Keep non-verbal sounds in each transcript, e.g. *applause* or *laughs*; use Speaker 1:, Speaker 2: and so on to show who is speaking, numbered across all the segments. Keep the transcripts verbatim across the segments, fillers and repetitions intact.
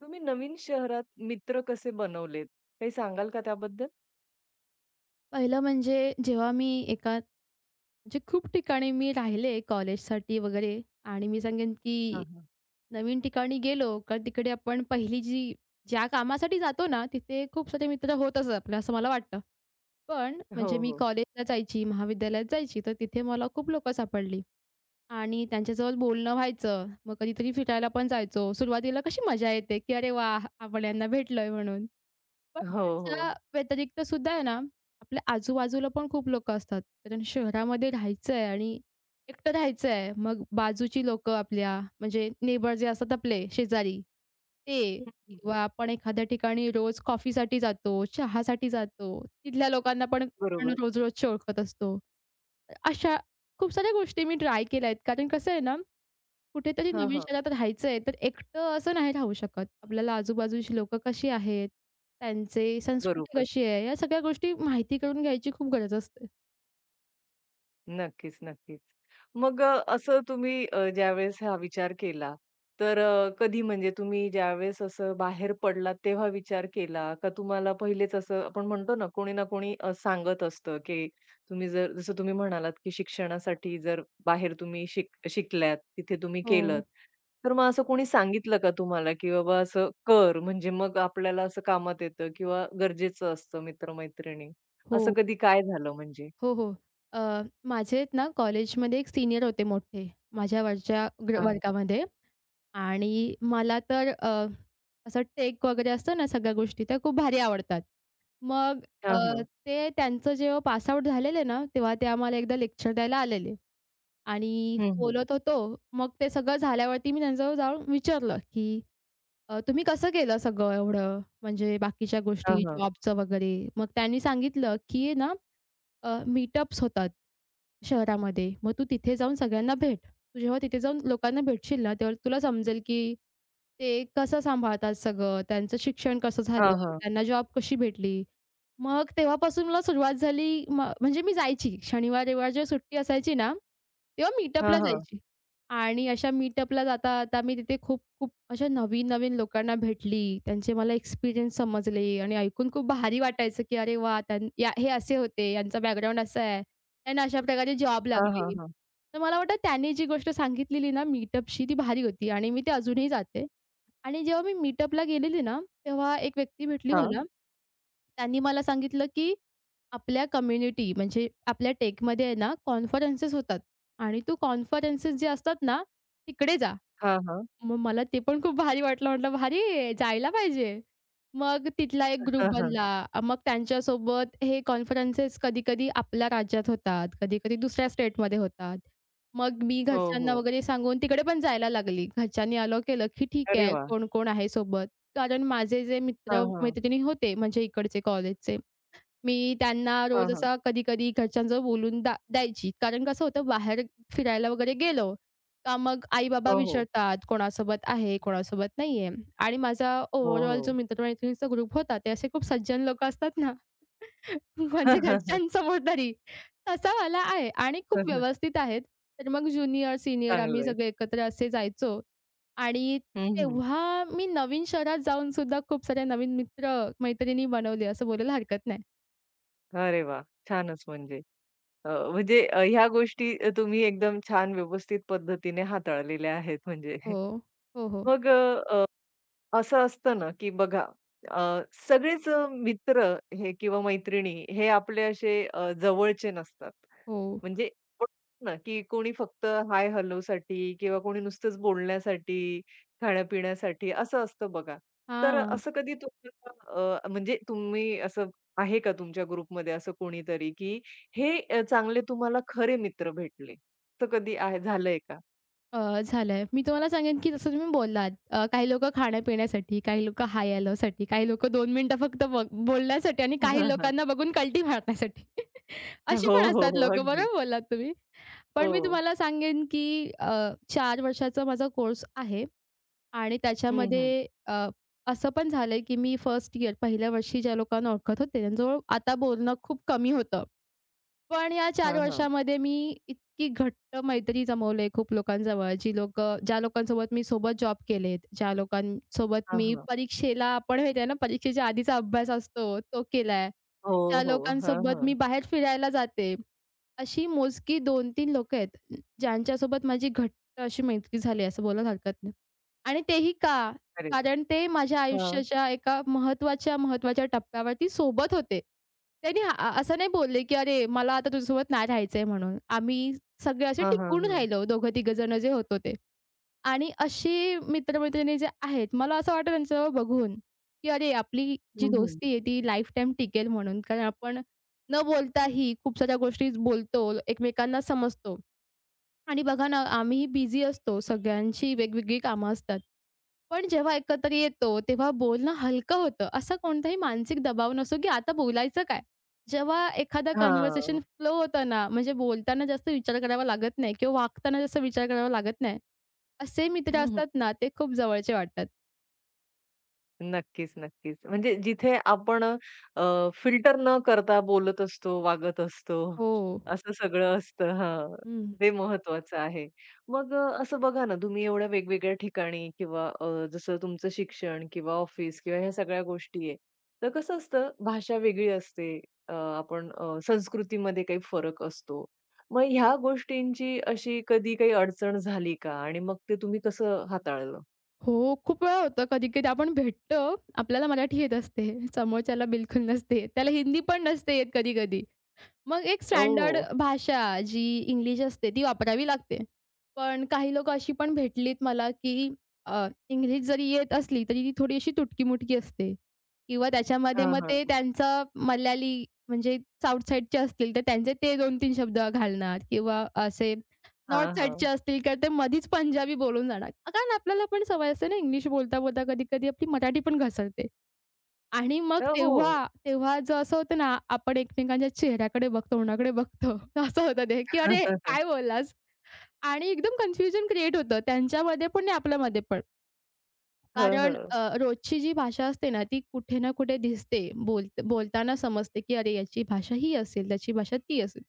Speaker 1: तुम्ही नवीन शहरात मित्र कसे बनवलेत? काही सांगाल का त्याबद्दल?
Speaker 2: पहिलं म्हणजे जेव्हा मी एका म्हणजे खूप ठिकाणी मी राहिले कॉलेजसाठी वगैरे आणि मी सांगेन की
Speaker 1: हां, हां.
Speaker 2: नवीन ठिकाणी गेलो का तिकडे आपण पहिली जी ज्या कामासाठी जातो ना, तिथे खूप सारे मित्र होतच आपले असं मला वाटतं. पण
Speaker 1: हो,
Speaker 2: म्हणजे मी
Speaker 1: हो.
Speaker 2: कॉलेजला जायची, महाविद्यालयात जायची, तर तिथे मला खूप लोकं सापडली आणि त्यांच्याजवळ बोलणं व्हायचं. मग कधीतरी फिरायला पण जायचो. सुरुवातीला कशी मजा येते की "अरे वाह! आपण यांना भेटलोय" म्हणून. पण
Speaker 1: हो, हो.
Speaker 2: त्याच्या व्यतिरिक्त सुद्धा आहे ना, आपल्या आजूबाजूला पण खूप लोकं असतात. कारण शहरामध्ये राहायचं आहे आणि एकटं राहायचं आहे. मग बाजूची लोकं आपल्या म्हणजे नेबर जे असतात आपले शेजारी ते
Speaker 1: हं.
Speaker 2: किंवा आपण एखाद्या ठिकाणी रोज कॉफीसाठी जातो, चहासाठी जातो. तिथल्या लोकांना पण आपण
Speaker 1: बरोबर.
Speaker 2: रोज-रोजचे ओळखत असतो. तर अशा खूप साऱ्या गोष्टी मी ट्राय केल्या आहेत. कारण कसं आहे ना कुठेतरी हं,
Speaker 1: हां,
Speaker 2: नवीन हं.
Speaker 1: हां.
Speaker 2: शहरात राहायचंय, तर एकटं असं नाही राहू शकत. आपल्याला आजूबाजूची लोकं कशी आहेत, त्यांची संस्कृती
Speaker 1: बरोबर.
Speaker 2: कशी आहे, या सगळ्या गोष्टी माहिती करून घ्यायची खूप गरज असते.
Speaker 1: नक्कीच, नक्कीच. मग अ, असं तुम्ही अ, ज्यावेळेस हा विचार केला, तर अ, कधी म्हणजे तुम्ही ज्यावेळेस असं बाहेर पडलात तेव्हा विचार केला का तुम्हाला पहिलेच असं आपण म्हणतो ना, कोणी ना कोणी अ, सांगत असतं, की तुम्ही जर जसं तुम्ही म्हणालात, की शिक्षणासाठी जर बाहेर तुम्ही शिक शिकल्यात, तिथे तुम्ही
Speaker 2: हो.
Speaker 1: केलंत, तर मग असं कोणी सांगितलं का तुम्हाला, की बाबा असं कर म्हणजे मग आपल्याला असं कामात येतं किंवा गरजेचं असतं मित्र
Speaker 2: हो,
Speaker 1: असं कधी काय झालं म्हणजे?
Speaker 2: हो, हो. अ, माझे आहेत ना कॉलेजमध्ये एक सीनियर होते मोठे, माझ्या वरच्या ग्र
Speaker 1: हां, हां.
Speaker 2: वर्गामध्ये आणि मला तर अ, असं टेक वगैरे असतं ना सगळ्या गोष्टी, त्या खूप भारी आवडतात. मग अ,
Speaker 1: हां,
Speaker 2: ते त्यांचं जेव्हा पास झालेले ना, तेव्हा ते आम्हाला एकदा लेक्चर द्यायला आलेले. आणि
Speaker 1: हं, हं.
Speaker 2: बोलत होतो. मग ते सगळं झाल्यावरती मी त्यांच्याजवळ जाऊन विचारलं, की "अ, तुम्ही कसं केलं सगळं एवढं? म्हणजे बाकीच्या
Speaker 1: हां,
Speaker 2: गोष्टी
Speaker 1: हां.
Speaker 2: जॉबचं वगैरे?" मग त्यांनी सांगितलं, की आहे ना अ, मीटअप्स होतात शहरामध्ये. मग तू तिथे जाऊन सगळ्यांना भेट. तू जेव्हा तिथे जाऊन लोकांना भेटशील ना, तेव्हा तुला समजेल की ते कसं सांभाळतात सगळं, त्यांचं शिक्षण कसं झालं,
Speaker 1: हां, हां.
Speaker 2: त्यांना जॉब कशी भेटली. मग तेव्हापासून मला सुरुवात झाली म म्हणजे मी जायची. शनिवार, रविवार जेव्हा सुट्टी असायची ना, तेव्हा मीटअपला
Speaker 1: हां,
Speaker 2: हं.
Speaker 1: हां.
Speaker 2: जायची. आणि अशा मीटअपला जाता-जाता मी तिथे खूप-खूप अशा नवीन-नवीन लोकांना भेटली. त्यांचे मला एक्सपिरियन्स समजले आणि ऐकून खूप भारी वाटायचं, की अरे वाह! त्यां या हे असे होते, यांचा बॅकग्राऊंड असा आहे. त्यांना अशा प्रकारे जॉब
Speaker 1: हां, हां,
Speaker 2: लागली.
Speaker 1: हां.
Speaker 2: तर मला वाटतं त्यांनी जी गोष्ट सांगितलेली ना मीटअपची ती भारी होती आणि मी ते अजूनही जाते. आणि जेव्हा मी मीटअपला गेलेली ना, तेव्हा एक व्यक्ती भेटली
Speaker 1: हां.
Speaker 2: मला. त्यांनी मला सांगितलं, की आपल्या कम्युनिटी म्हणजे आपल्या टेकमध्ये आहे ना, कॉन्फरन्सेस होतात आणि तू कॉन्फरन्सेस जे असतात ना, तिकडे जा.
Speaker 1: हां, हां.
Speaker 2: मग मला ते पण खूप भारी वाटलं. म्हटलं भारी आहे, जायला पाहिजे. मग तिथला एक ग्रुप
Speaker 1: हां, हां.
Speaker 2: बनला. अ, मग त्यांच्यासोबत हे कॉन्फरन्सेस कधी-कधी आपल्या राज्यात होतात, कधी-कधी दुसऱ्या स्टेटमध्ये होतात. मग मी
Speaker 1: हो, हो.
Speaker 2: घरच्यांना वगैरे सांगून तिकडे पण जायला लागली. घरच्यांनी अलाऊ केलं, की ठीक
Speaker 1: अरे
Speaker 2: आहे
Speaker 1: वाह!
Speaker 2: कोण-कोण आहे सोबत. कारण माझे जे
Speaker 1: हां, हां.
Speaker 2: मित्र-मैत्रिणी होते म्हणजे इकडचे कॉलेजचे मी त्यांना रोज
Speaker 1: हां, हां.
Speaker 2: असा कधी-कधी घरच्यांजवळ बोलून दा द्यायची. कारण कसं होतं बाहेर फिरायला वगैरे गेलो, का मग आई-बाबा
Speaker 1: हो, हो.
Speaker 2: विचारतात, "कोणासोबत आहे, कोणासोबत नाहीये." आणि माझा
Speaker 1: हो,
Speaker 2: ओव्हरऑल जो
Speaker 1: हो.
Speaker 2: मित्र-मैत्रिणींचा ग्रुप होता, ते असे खूप सज्जन लोकं असतात ना, *laughs* म्हणजे
Speaker 1: *laughs*
Speaker 2: घरच्यांसमोर तरी, तसा वाला आहे आणि खूप
Speaker 1: हं, हं.
Speaker 2: व्यवस्थित आहेत. तर मग ज्युनियर, सीनियर आम्ही
Speaker 1: चांगलं आहे.
Speaker 2: सगळे एकत्र असे जायचो आणि
Speaker 1: हं, हं.
Speaker 2: तेव्हा मी नवीन शहरात जाऊन सुद्धा खूप साऱ्या नवीन मित्र-मैत्रिणी बनवले असं बोलायला हरकत नाही.
Speaker 1: अरे वाह! छानच म्हणजे. अ, म्हणजे अ, ह्या गोष्टी तुम्ही एकदम छान व्यवस्थित पद्धतीने हाताळलेल्या आहेत म्हणजे.
Speaker 2: हो. हो, हो.
Speaker 1: मग अ, असं असतं ना, की बघा अ, सगळेच अ, मित्र हे किंवा मैत्रिणी हे आपले असे अ, जवळचे नसतात.
Speaker 2: हो.
Speaker 1: म्हणजे बोलतात ना, की कोणी फक्त हाय हॅलोसाठी किंवा कोणी नुसतंच बोलण्यासाठी, खाण्यापिण्यासाठी असं असतं बघा. तर अ,
Speaker 2: हां.
Speaker 1: असं कधी तुम्हाला अ, म्हणजे तुम्ही असं आहे का तुमच्या ग्रुपमध्ये असं कोणीतरी, की हे अ, चांगले तुम्हाला खरे मित्र भेटले? असं कधी आहे झालंय का?
Speaker 2: अ, झालंय. मी तुम्हाला सांगेन, की जसं तुम्ही बोललात अ, काही लोकं खाण्या-पिण्यासाठी, काही लोकं हाय हॅलोसाठी, काही लोकं दोन मिनिटं फक्त ब बोलण्यासाठी आणि काही
Speaker 1: *laughs*
Speaker 2: लोकांना बघून कलटी मारण्यासाठी. *laughs* अशी
Speaker 1: हो,
Speaker 2: पण
Speaker 1: हो,
Speaker 2: असतात
Speaker 1: हो.
Speaker 2: लोकं.
Speaker 1: अगदी.
Speaker 2: बरोबर बोललात तुम्ही. पण
Speaker 1: हो.
Speaker 2: मी तुम्हाला सांगेन, की अ, चार वर्षाचा माझा कोर्स आहे आणि
Speaker 1: हं,
Speaker 2: त्याच्यामध्ये
Speaker 1: हं.
Speaker 2: अ, असं पण झालंय, की मी फर्स्ट इयर पहिल्या वर्षी ज्या लोकांना ओळखत होते, त्यांच्याजवळ आता बोलणं खूप कमी होतं. पण या चार
Speaker 1: हां, हां.
Speaker 2: वर्षामध्ये मी इतकी घट्ट मैत्री जमवली आहे खूप लोकांजवळ, जी लोकं ज्या लोकांसोबत मी सोबत जॉब केलेत, ज्या लोकांसोबत
Speaker 1: हां,
Speaker 2: मी
Speaker 1: हां.
Speaker 2: परीक्षेला आपण माहिती आहे ना, परीक्षेच्या आधीचा अभ्यास असतो, तो केलाय.
Speaker 1: हो,
Speaker 2: ज्या
Speaker 1: हो. हां,
Speaker 2: लोकांसोबत
Speaker 1: हां.
Speaker 2: मी बाहेर फिरायला जाते. अशी मोजकी दोन-तीन लोकं आहेत, ज्यांच्यासोबत माझी घट्ट अशी मैत्री झाली आहे, असं बोलायला हरकत नाही. आणि तेही का?
Speaker 1: अरे!
Speaker 2: कारण ते माझ्या
Speaker 1: हां.
Speaker 2: आयुष्याच्या एका महत्त्वाच्या, महत्त्वाच्या टप्प्यावरती सोबत होते. त्यांनी अ, असं नाही बोलले, की "अरे, मला आता तुझ्यासोबत नाही राहायचंय" म्हणून. आम्ही सगळे असे
Speaker 1: हां, हां,
Speaker 2: टिकून
Speaker 1: हां.
Speaker 2: राहिलो, दोघं-तिघं जण जे होतो ते. आणि अशी मित्र जे आहेत, मला असं वाटतं त्यांचं बघून, की अरे आपली जी
Speaker 1: हं, हं.
Speaker 2: दोस्ती आहे ती लाईफटाईम टिकेल म्हणून. कारण आपण न बोलताही खूप साऱ्या गोष्टी बोलतो, एकमेकांना समजतो. आणि बघा ना, आम्हीही बिझी असतो, सगळ्यांची वेगवेगळी कामं असतात. पण जेव्हा एकत्र येतो, तेव्हा बोलणं हलकं होतं. असा कोणताही मानसिक दबाव नसतो, की आता बोलायचं काय? जेव्हा एखादा कन्व्हर्सेशन
Speaker 1: हां.
Speaker 2: फ्लो होतं ना, म्हणजे बोलताना जास्त विचार करावा लागत नाही किंवा वागताना जास्त विचार करावा लागत नाही. असे मित्र
Speaker 1: हं, हं.
Speaker 2: असतात ना, ते खूप जवळचे वाटतात.
Speaker 1: नक्कीच, नक्कीच. म्हणजे जिथे आपण फिल्टर न करता बोलत असतो, वागत असतो,
Speaker 2: हो.
Speaker 1: असं सगळं असतं हां.
Speaker 2: हं.
Speaker 1: ते महत्त्वाचं आहे. मग अ, असं बघा ना, तुम्ही एवढ्या वेगवेगळ्या ठिकाणी किंवा अ, जसं तुमचं शिक्षण किंवा ऑफिस किंवा ह्या सगळ्या गोष्टी आहे. तर कसं असतं, भाषा वेगळी असते. अ, आपण अ, संस्कृतीमध्ये काही फरक असतो. मग ह्या गोष्टींची अशी कधी काही अडचण झाली का? आणि मग ते तुम्ही कसं हाताळलं?
Speaker 2: हो, खूप वेळा होतं कधी-कधी आपण भेटतो, आपल्याला मराठी येत असते, समोरच्याला बिलकुल नसते. त्याला हिंदी पण नसते येत कधी-कधी. मग एक स्टँडर्ड
Speaker 1: ओह!
Speaker 2: भाषा जी इंग्लिश असते ती वापरावी लागते. पण काही लोकं अशी पण भेटलीत मला, की अ, इंग्लिश जरी येत असली तरी ती थोडी अशी तुटकी-मुटकी असते किंवा त्याच्यामध्ये
Speaker 1: हां,
Speaker 2: मग ते
Speaker 1: हां.
Speaker 2: त्यांचं मल्याळी म्हणजे साउथ साइडचे असतील तर त्यांचे ते दोन-तीन शब्द घालणार किंवा असे
Speaker 1: हां,
Speaker 2: नॉर्थ
Speaker 1: हां.
Speaker 2: साइडचे असतील तर ते मधीच पंजाबी बोलून जाणार. कारण आपल्याला पण सवय असते ना इंग्लिश बोलता-बोलता कधी-कधी आपली मराठी पण घसरते. आणि मग
Speaker 1: अ, हो, हो.
Speaker 2: तेव्हा, तेव्हा जो असं होतं ना, आपण एकमेकांच्या चेहऱ्याकडे बघतो, तोंडाकडे बघतो. *laughs* असं होतं ते, की
Speaker 1: *laughs*
Speaker 2: "अरे,
Speaker 1: हं,
Speaker 2: काय बोललास?" आणि एकदम कन्फ्युजन क्रिएट होतं त्यांच्यामध्ये पण आणि आपल्यामध्ये पण. कारण
Speaker 1: हं.
Speaker 2: अ, रोजची जी भाषा असते ना, ती कुठे ना कुठे दिसते. बोल बोलताना समजते, की अरे, याची भाषा ही असेल, त्याची भाषा ती असेल.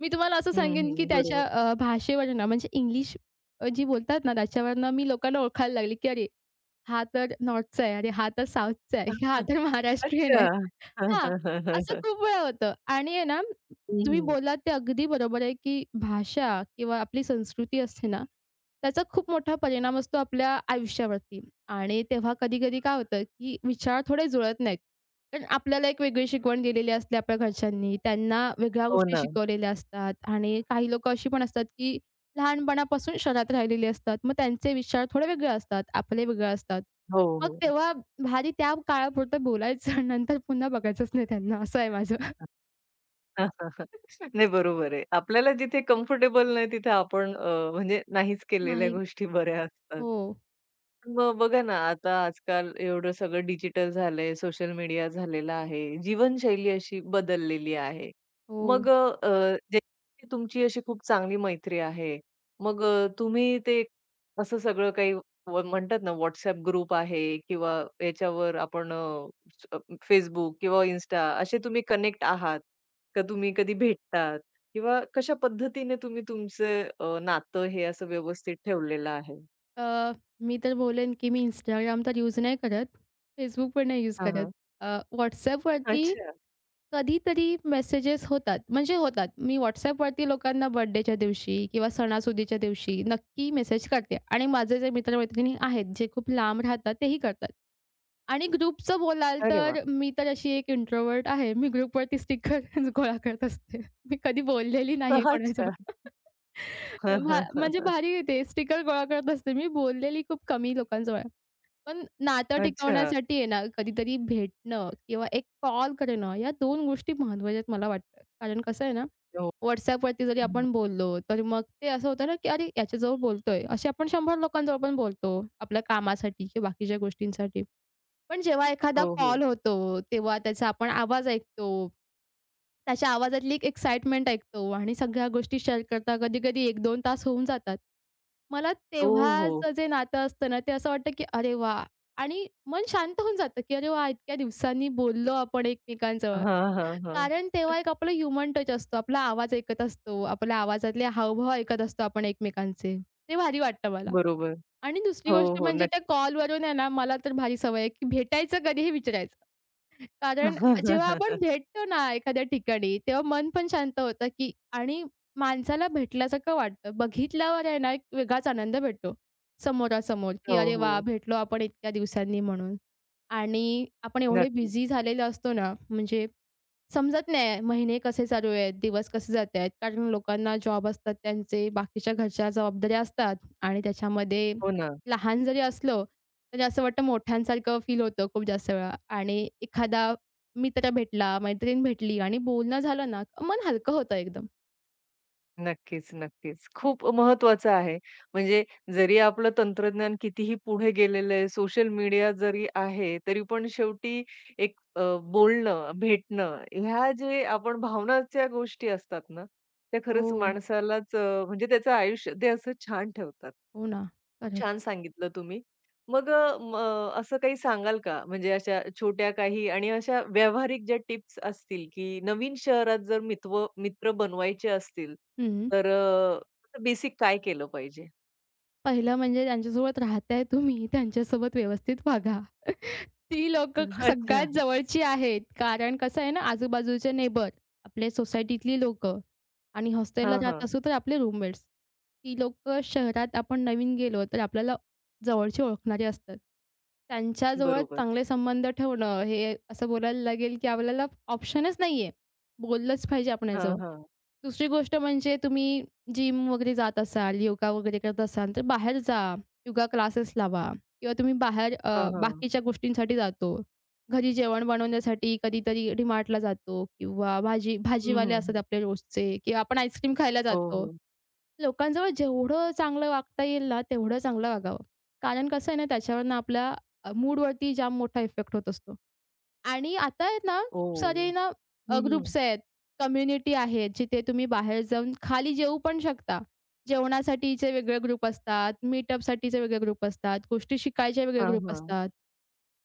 Speaker 2: मी तुम्हाला असं
Speaker 1: हं,
Speaker 2: सांगेन, की
Speaker 1: हं.
Speaker 2: त्याच्या
Speaker 1: बरोबर.
Speaker 2: अ, भाषेवरनं म्हणजे इंग्लिश अ, जी बोलतात ना, त्याच्यावरनं मी लोकांना ओळखायला लागले, की अरे, हा तर नॉर्थचा आहे, अरे, हा तर साऊथचा आहे, हा तर महाराष्ट्रीयन
Speaker 1: अच्छा.
Speaker 2: आहे. हां,
Speaker 1: *laughs* हं,
Speaker 2: असं
Speaker 1: हं.
Speaker 2: खूप वेळा होतं आणि आहे ना
Speaker 1: हं,
Speaker 2: तुम्ही
Speaker 1: हं.
Speaker 2: बोललात ते अगदी बरोबर आहे, की भाषा किंवा आपली संस्कृती असते ना, त्याचा खूप मोठा परिणाम असतो आपल्या आयुष्यावरती. आणि तेव्हा कधी-कधी काय होतं, की विचार थोडे जुळत नाहीत. कारण आपल्याला एक वेगळी शिकवण दिलेली असते आपल्या घरच्यांनी, त्यांना वेगळ्या
Speaker 1: हो
Speaker 2: गोष्टी
Speaker 1: ना.
Speaker 2: शिकवलेल्या असतात आणि काही लोकं अशी पण असतात, की लहानपणापासून शहरात राहिलेली असतात. मग त्यांचे विचार थोडे वेगळे असतात, आपले वेगळे असतात. मग
Speaker 1: हो,
Speaker 2: तेव्हा भारी त्या काळापुरतं बोलायचं, *laughs* नंतर पुन्हा बघायचंच नाही त्यांना, असं आहे माझं.
Speaker 1: हो. नाही बरोबर आहे. आपल्याला जिथे कम्फर्टेबल नाही तिथे आपण अ, म्हणजे नाहीच केलेल्या
Speaker 2: नाही.
Speaker 1: गोष्टी बऱ्या असतात.
Speaker 2: हो.
Speaker 1: मग बघा ना, आता आजकाल एवढं सगळं डिजिटल झालंय, सोशल मीडिया झालेला आहे, जीवनशैली अशी बदललेली आहे.
Speaker 2: हो.
Speaker 1: मग अ, जे तुमची अशी खूप चांगली मैत्री आहे. मग अ, तुम्ही ते असं सगळं काही व म्हणतात ना WhatsApp ग्रुप आहे किंवा याच्यावर आपण अ, Facebook किंवा Insta असे तुम्ही कनेक्ट आहात. का तुम्ही कधी भेटतात? किंवा कशा पद्धतीने तुम्ही तुमचं अ, नातं हे असं व्यवस्थित ठेवलेलं आहे?
Speaker 2: अ, मी तर बोलेन, की मी Instagram तर यूज नाही करत. Facebook पण नाही यूज
Speaker 1: हां,
Speaker 2: करत.
Speaker 1: हां.
Speaker 2: अ, WhatsAppवरती
Speaker 1: अच्छा.
Speaker 2: कधीतरी मेसेजेस होतात, म्हणजे होतात. मी WhatsAppवरती लोकांना बर्थडेच्या दिवशी किंवा सणासुदीच्या दिवशी नक्की मेसेज करते आणि माझे जे मित्र-मैत्रिणी आहेत, जे खूप लांब राहतात, तेही करतात. आणि ग्रुपचं बोलाल
Speaker 1: अरे वाह!
Speaker 2: तर मी तर अशी एक इंट्रोव्हर्ट आहे. मी ग्रुपवरती स्टिकर *laughs* गोळा करत असते. मी कधी बोललेली नाही कोणाजवळ.
Speaker 1: अच्छा. हं,
Speaker 2: भा
Speaker 1: हं, हं,
Speaker 2: म्हणजे
Speaker 1: हं.
Speaker 2: भारी आहे ते स्टिकर गोळा करत असते. मी बोललेली खूप कमी लोकांजवळ आहे. पण नातं
Speaker 1: अच्छा.
Speaker 2: टिकवण्यासाठी आहे ना, कधीतरी भेटणं किंवा एक कॉल करणं या दोन गोष्टी महत्त्वाच्या आहेत मला वाटतं. कारण कसं आहे ना,
Speaker 1: हो.
Speaker 2: WhatsAppवरती जरी
Speaker 1: हं.
Speaker 2: आपण बोललो, तर मग ते असं होतं ना, की अरे याच्याजवळ बोलतोय. असे आपण शंभर लोकांजवळ पण बोलतो, आपल्या कामासाठी किंवा बाकीच्या गोष्टींसाठी. पण जेव्हा एखादा
Speaker 1: हो, हो.
Speaker 2: कॉल होतो, तेव्हा त्याचा आपण आवाज ऐकतो. त्याच्या आवाजातली एक एक्साइटमेंट ऐकतो आणि सगळ्या गोष्टी शेअर करता कधी-कधी एक दोन तास होऊन जातात. मला
Speaker 1: हो, हो.
Speaker 2: तेव्हाचं जे नातं असतं ना, ते असं वाटतं की अरे वाह! आणि मन शांत होऊन जातं की अरे वाह! इतक्या दिवसांनी बोललो आपण एकमेकांजवळ.
Speaker 1: हां, हां, हां.
Speaker 2: कारण तेव्हा एक आपला ह्युमन टच असतो. आपला आवाज ऐकत असतो. आपल्या आवाजातले हावभाव ऐकत असतो आपण एकमेकांचे. ते भारी वाटतं मला.
Speaker 1: बरोबर.
Speaker 2: आणि दुसरी
Speaker 1: हो,
Speaker 2: गोष्ट
Speaker 1: हो.
Speaker 2: म्हणजे त्या
Speaker 1: नक्की.
Speaker 2: कॉलवरून आहे ना, मला तर भारी सवय आहे, की भेटायचं कधी हे विचारायचं. कारण जेव्हा आपण भेटतो ना एखाद्या ठिकाणी, तेव्हा मन पण शांत होतं, की आणि माणसाला भेटल्यासारखं वाटतं. बघितल्यावर आहे ना, एक वेगळाच आनंद भेटतो समोरासमोर, की
Speaker 1: हो,
Speaker 2: "अरे वाह!
Speaker 1: हो.
Speaker 2: भेटलो आपण इतक्या दिवसांनी" म्हणून. आणि आपण एवढे
Speaker 1: नक्की.
Speaker 2: बिझी झालेलो असतो ना, म्हणजे समजत नाही महिने कसे चालू आहेत, दिवस कसे जात आहेत. कारण लोकांना जॉब असतात त्यांचे, बाकीच्या घरच्या जबाबदाऱ्या असतात आणि त्याच्यामध्ये
Speaker 1: हो ना.
Speaker 2: लहान जरी असलो, तरी असं वाटतं मोठ्यांसारखं फील होतं खूप जास्त वेळा आणि एखादा मित्र भेटला, मैत्रीण भेटली आणि बोलणं झालं ना, मन हलकं होतं एकदम.
Speaker 1: नक्कीच, नक्कीच. खूप महत्त्वाचं आहे. म्हणजे जरी आपलं तंत्रज्ञान कितीही पुढे गेलेलं आहे, सोशल मीडिया जरी आहे, तरी पण शेवटी एक अ, बोलणं, भेटणं ह्या जे आपण भावनाच्या गोष्टी असतात ना, त्या
Speaker 2: हो,
Speaker 1: खरंच माणसालाच अ, म्हणजे त्याचं आयुष्य ते असं छान ठेवतात.
Speaker 2: हो ना.
Speaker 1: खूप
Speaker 2: खरंच.
Speaker 1: छान सांगितलं तुम्ही. मग अ, म अ, असं काही सांगाल का? म्हणजे अशा छोट्या काही आणि अशा व्यावहारिक ज्या टिप्स असतील, की नवीन शहरात जर मित्र मित्र बनवायचे असतील,
Speaker 2: हं.
Speaker 1: तर बेसिक काय केलं पाहिजे?
Speaker 2: पहिलं म्हणजे ज्यांच्यासोबत राहताय तुम्ही, त्यांच्यासोबत व्यवस्थित वागा. *laughs* ती लोकं
Speaker 1: *laughs* अच्छा.
Speaker 2: सगळ्यात जवळची आहेत. कारण कसं आहे ना, आजूबाजूचे नेबर, आपले सोसायटीतली लोकं आणि हॉस्टेलला
Speaker 1: हां,
Speaker 2: राहत
Speaker 1: हां.
Speaker 2: असू तर आपले रूममेट्स. ती लोकं शहरात आपण नवीन गेलो तर आपल्याला जवळचे ओळखणारे असतात. त्यांच्याजवळ
Speaker 1: बरोबर.
Speaker 2: चांगले संबंध ठेवणं हे असं बोलायला लागेल, की आपल्याला ऑप्शनच नाहीये. बोललंच पाहिजे आपण याजवळ.
Speaker 1: हां, हां.
Speaker 2: दुसरी गोष्ट म्हणजे तुम्ही जिम वगैरे जात असाल, योगा वगैरे करत असाल, तर बाहेर जा. योगा क्लासेस लावा किंवा तुम्ही बाहेर
Speaker 1: हां,
Speaker 2: अ,
Speaker 1: हां.
Speaker 2: बाकीच्या गोष्टींसाठी जातो. घरी जेवण बनवण्यासाठी कधीतरी डी-मार्टला जातो किंवा भाजी
Speaker 1: हं, हं,
Speaker 2: भाजीवाले असतात
Speaker 1: हं.
Speaker 2: आपले रोजचे किंवा आपण आईस्क्रीम खायला
Speaker 1: हो,
Speaker 2: जातो.
Speaker 1: हो.
Speaker 2: लोकांजवळ जेवढं चांगलं वागता येईल ना, तेवढं चांगलं वागावं. कारण कसं आहे ना, त्याच्यावरनं आपल्या मूडवरती जाम मोठा इफेक्ट होत असतो. आणि आता आहेत ना, खूप सारे
Speaker 1: ओह!
Speaker 2: ना अ,
Speaker 1: हं, हं.
Speaker 2: ग्रुप्स आहेत, कम्युनिटी आहेत, जिथे तुम्ही बाहेर जाऊन खाली जेवू पण शकता. जेवणासाठीचे वेगळे ग्रुप असतात, मीटअपसाठीचे वेगळे ग्रुप असतात, गोष्टी शिकायचे वेगळे
Speaker 1: हां,
Speaker 2: ग्रुप
Speaker 1: हां.
Speaker 2: असतात.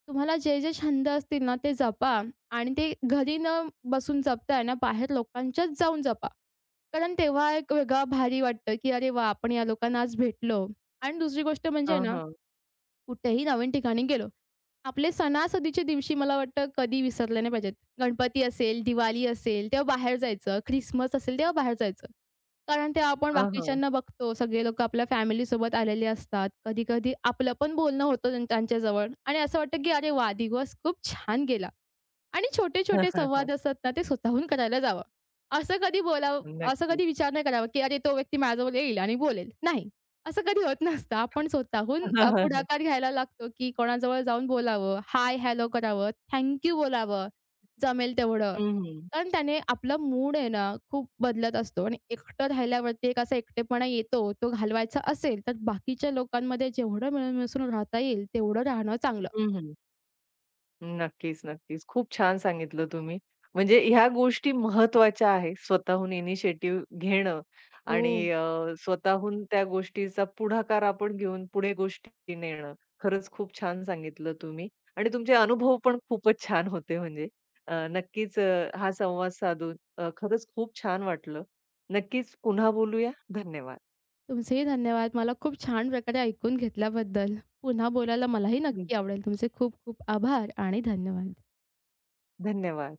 Speaker 2: तुम्हाला जे, जे छंद असतील ना, ते जपा आणि ते घरी न बसून जपताय ना, बाहेर लोकांच्यात जाऊन जपा. कारण तेव्हा एक वेगळा भारी वाटतं, की अरे वाह! आपण या लोकांना आज भेटलो. आणि दुसरी गोष्ट म्हणजे
Speaker 1: हां,
Speaker 2: ना
Speaker 1: हां.
Speaker 2: कुठेही नवीन ठिकाणी गेलो. आपले सणासुदीच्या दिवशी मला वाटतं कधी विसरले नाही पाहिजेत. गणपती असेल, दिवाळी असेल तेव्हा बाहेर जायचं, ख्रिसमस असेल तेव्हा बाहेर जायचं. कारण तेव्हा आपण
Speaker 1: हां, हां.
Speaker 2: बाकीच्यांना बघतो सगळे लोकं आपल्या फॅमिलीसोबत आलेले असतात. कधी-कधी आपलं पण बोलणं होतं त्यां त्यांच्याजवळ आणि असं वाटतं की अरे वाह! दिवस खूप छान गेला. आणि छोटे-छोटे संवाद
Speaker 1: *laughs*
Speaker 2: असतात ना, ते स्वतःहून करायला जावं. असं कधी बोलावं असं
Speaker 1: नक्कीच.
Speaker 2: कधी विचार नाही करावा, की अरे तो व्यक्ती माझ्याजवळ येईल आणि बोलेल. नाही, असं कधी होत नसतं. आपण स्वतःहून अ, पुढाकार घ्यायला लागतो, की कोणाजवळ जाऊन बोलावं, हाय, हॅलो करावं, थँक बोलावं, जमेल तेवढं.
Speaker 1: हं, हं. हं,
Speaker 2: कारण
Speaker 1: *laughs*
Speaker 2: त्याने आपला मूड आहे ना, खूप बदलत असतो आणि एकटं राहिल्यावरती एक असा एकटेपणा येतो. तो घालवायचा असेल, तर बाकीच्या लोकांमध्ये जेवढं मिळून मिसळून राहता येईल, तेवढं राहणं चांगलं.
Speaker 1: *laughs* नक्कीच, नक्कीच. खूप छान सांगितलं तुम्ही. म्हणजे ह्या गोष्टी महत्त्वाच्या आहेत. स्वतःहून इनिशिएटिव्ह घेणं
Speaker 2: हो.
Speaker 1: आणि अ, स्वतःहून त्या गोष्टीचा पुढाकार आपण घेऊन पुढे गोष्टी नेणं. खरंच खूप छान सांगितलं तुम्ही आणि तुमचे अनुभव पण खूपच छान होते म्हणजे. अ, नक्कीच अ, हा संवाद साधून अ, खरंच खूप छान वाटलं. नक्कीच पुन्हा बोलूया. धन्यवाद.
Speaker 2: तुमचेही धन्यवाद. मला खूप छान प्रकारे ऐकून घेतल्याबद्दल. पुन्हा बोलायला मलाही
Speaker 1: हं.
Speaker 2: नक्की आवडेल. तुमचे खूप खूप आभार आणि धन्यवाद.
Speaker 1: धन्यवाद.